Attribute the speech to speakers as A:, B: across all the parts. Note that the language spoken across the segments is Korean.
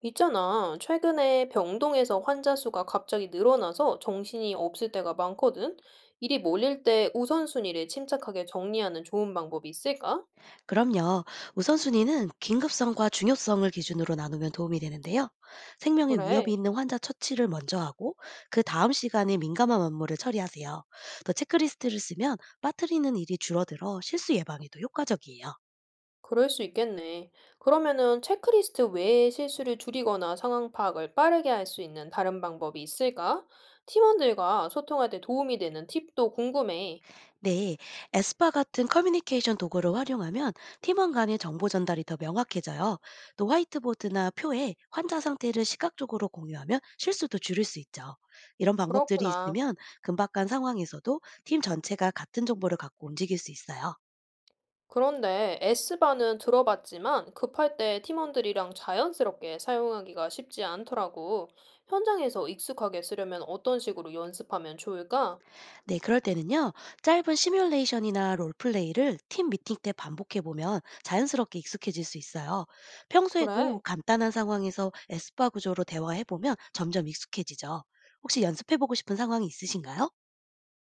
A: 있잖아. 최근에 병동에서 환자 수가 갑자기 늘어나서 정신이 없을 때가 많거든. 일이 몰릴 때 우선순위를 침착하게 정리하는 좋은 방법이 있을까?
B: 그럼요. 우선순위는 긴급성과 중요성을 기준으로 나누면 도움이 되는데요. 생명에 위협이
A: 그래,
B: 있는 환자 처치를 먼저 하고 그 다음 시간에 민감한 업무를 처리하세요. 또 체크리스트를 쓰면 빠뜨리는 일이 줄어들어 실수 예방에도 효과적이에요.
A: 그럴 수 있겠네. 그러면은 체크리스트 외에 실수를 줄이거나 상황 파악을 빠르게 할 수 있는 다른 방법이 있을까? 팀원들과 소통할 때 도움이 되는 팁도 궁금해.
B: 네, 에스파 같은 커뮤니케이션 도구를 활용하면 팀원 간의 정보 전달이 더 명확해져요. 또 화이트보드나 표에 환자 상태를 시각적으로 공유하면 실수도 줄일 수 있죠. 이런 방법들이
A: 그렇구나.
B: 있으면 금박한 상황에서도 팀 전체가 같은 정보를 갖고 움직일 수 있어요.
A: 그런데 S바는 들어봤지만 급할 때 팀원들이랑 자연스럽게 사용하기가 쉽지 않더라고. 현장에서 익숙하게 쓰려면 어떤 식으로 연습하면 좋을까?
B: 네, 그럴 때는요, 짧은 시뮬레이션이나 롤플레이를 팀 미팅 때 반복해보면 자연스럽게 익숙해질 수 있어요. 평소에도
A: 그래.
B: 간단한 상황에서 에스파 구조로 대화해보면 점점 익숙해지죠. 혹시 연습해보고 싶은 상황이 있으신가요?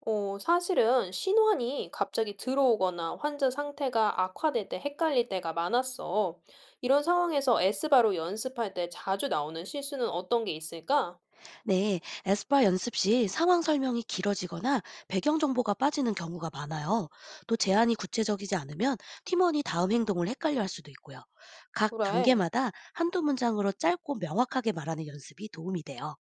A: 사실은 신호환이 갑자기 들어오거나 환자 상태가 악화될 때 헷갈릴 때가 많았어. 이런 상황에서 S바로 연습할 때 자주 나오는 실수는 어떤 게 있을까?
B: 네, 에스파 연습 시 상황 설명이 길어지거나 배경 정보가 빠지는 경우가 많아요. 또 제안이 구체적이지 않으면 팀원이 다음 행동을 헷갈려 할 수도 있고요. 각
A: 그래.
B: 단계마다 한두 문장으로 짧고 명확하게 말하는 연습이 도움이 돼요.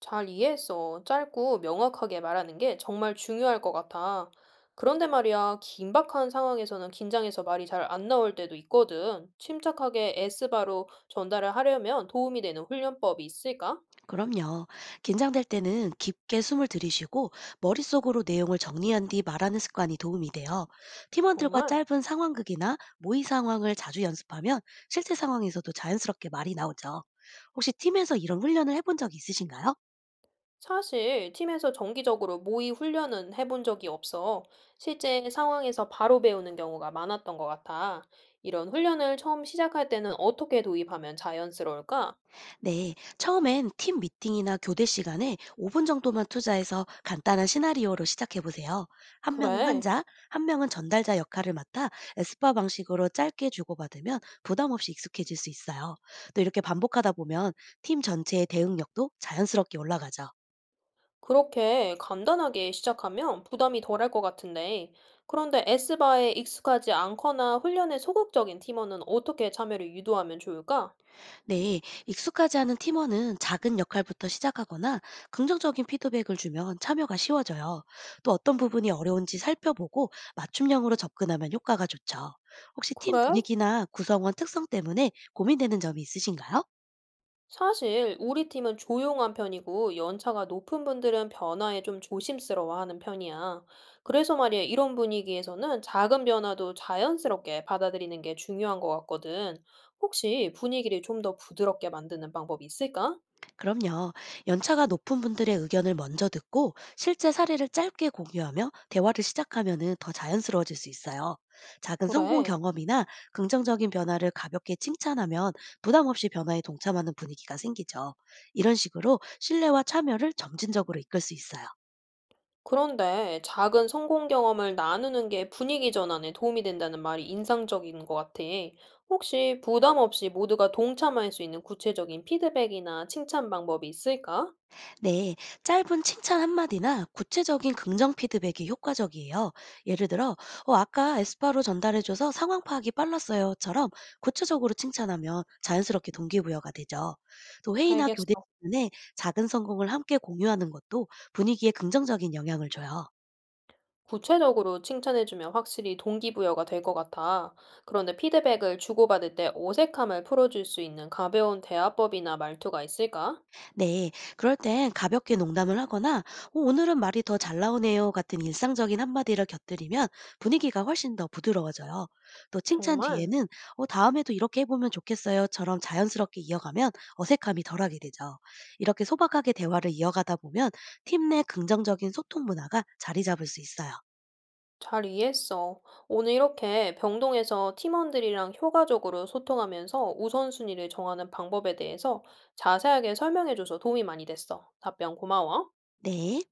A: 잘 이해했어. 짧고 명확하게 말하는 게 정말 중요할 것 같아. 그런데 말이야, 긴박한 상황에서는 긴장해서 말이 잘 안 나올 때도 있거든. 침착하게 S바로 전달을 하려면 도움이 되는 훈련법이 있을까?
B: 그럼요. 긴장될 때는 깊게 숨을 들이쉬고 머릿속으로 내용을 정리한 뒤 말하는 습관이 도움이 돼요. 팀원들과
A: 정말?
B: 짧은 상황극이나 모의 상황을 자주 연습하면 실제 상황에서도 자연스럽게 말이 나오죠. 혹시 팀에서 이런 훈련을 해본 적 있으신가요?
A: 사실 팀에서 정기적으로 모의 훈련은 해본 적이 없어. 실제 상황에서 바로 배우는 경우가 많았던 것 같아. 이런 훈련을 처음 시작할 때는 어떻게 도입하면 자연스러울까?
B: 네, 처음엔 팀 미팅이나 교대 시간에 5분 정도만 투자해서 간단한 시나리오로 시작해 보세요. 한 명은
A: 그래.
B: 환자, 한 명은 전달자 역할을 맡아 에스파 방식으로 짧게 주고받으면 부담 없이 익숙해질 수 있어요. 또 이렇게 반복하다 보면 팀 전체의 대응력도 자연스럽게 올라가죠.
A: 그렇게 간단하게 시작하면 부담이 덜할 것 같은데, 그런데 S바에 익숙하지 않거나 훈련에 소극적인 팀원은 어떻게 참여를 유도하면 좋을까?
B: 네, 익숙하지 않은 팀원은 작은 역할부터 시작하거나 긍정적인 피드백을 주면 참여가 쉬워져요. 또 어떤 부분이 어려운지 살펴보고 맞춤형으로 접근하면 효과가 좋죠. 혹시 팀
A: 그래?
B: 분위기나 구성원 특성 때문에 고민되는 점이 있으신가요?
A: 사실 우리 팀은 조용한 편이고 연차가 높은 분들은 변화에 좀 조심스러워하는 편이야. 그래서 말이야, 이런 분위기에서는 작은 변화도 자연스럽게 받아들이는 게 중요한 것 같거든. 혹시 분위기를 좀 더 부드럽게 만드는 방법이 있을까?
B: 그럼요. 연차가 높은 분들의 의견을 먼저 듣고 실제 사례를 짧게 공유하며 대화를 시작하면 더 자연스러워질 수 있어요. 작은 성공
A: 그래.
B: 경험이나 긍정적인 변화를 가볍게 칭찬하면 부담 없이 변화에 동참하는 분위기가 생기죠. 이런 식으로 신뢰와 참여를 점진적으로 이끌 수 있어요.
A: 그런데 작은 성공 경험을 나누는 게 분위기 전환에 도움이 된다는 말이 인상적인 것 같아. 혹시 부담 없이 모두가 동참할 수 있는 구체적인 피드백이나 칭찬 방법이 있을까?
B: 네, 짧은 칭찬 한마디나 구체적인 긍정 피드백이 효과적이에요. 예를 들어, 어, 아까 에스파로 전달해줘서 상황 파악이 빨랐어요.처럼 구체적으로 칭찬하면 자연스럽게 동기부여가 되죠. 또 회의나 교대
A: 알겠어.
B: 시간에 작은 성공을 함께 공유하는 것도 분위기에 긍정적인 영향을 줘요.
A: 구체적으로 칭찬해주면 확실히 동기부여가 될 것 같아. 그런데 피드백을 주고받을 때 어색함을 풀어줄 수 있는 가벼운 대화법이나 말투가 있을까?
B: 네, 그럴 땐 가볍게 농담을 하거나 "어, 오늘은 말이 더 잘 나오네요 같은 일상적인 한마디를 곁들이면 분위기가 훨씬 더 부드러워져요. 또 칭찬
A: 정말?
B: 뒤에는 "어, 다음에도 이렇게 해보면 좋겠어요처럼 자연스럽게 이어가면 어색함이 덜하게 되죠. 이렇게 소박하게 대화를 이어가다 보면 팀 내 긍정적인 소통 문화가 자리 잡을 수 있어요.
A: 잘 이해했어. 오늘 이렇게 병동에서 팀원들이랑 효과적으로 소통하면서 우선순위를 정하는 방법에 대해서 자세하게 설명해줘서 도움이 많이 됐어. 답변 고마워.
B: 네.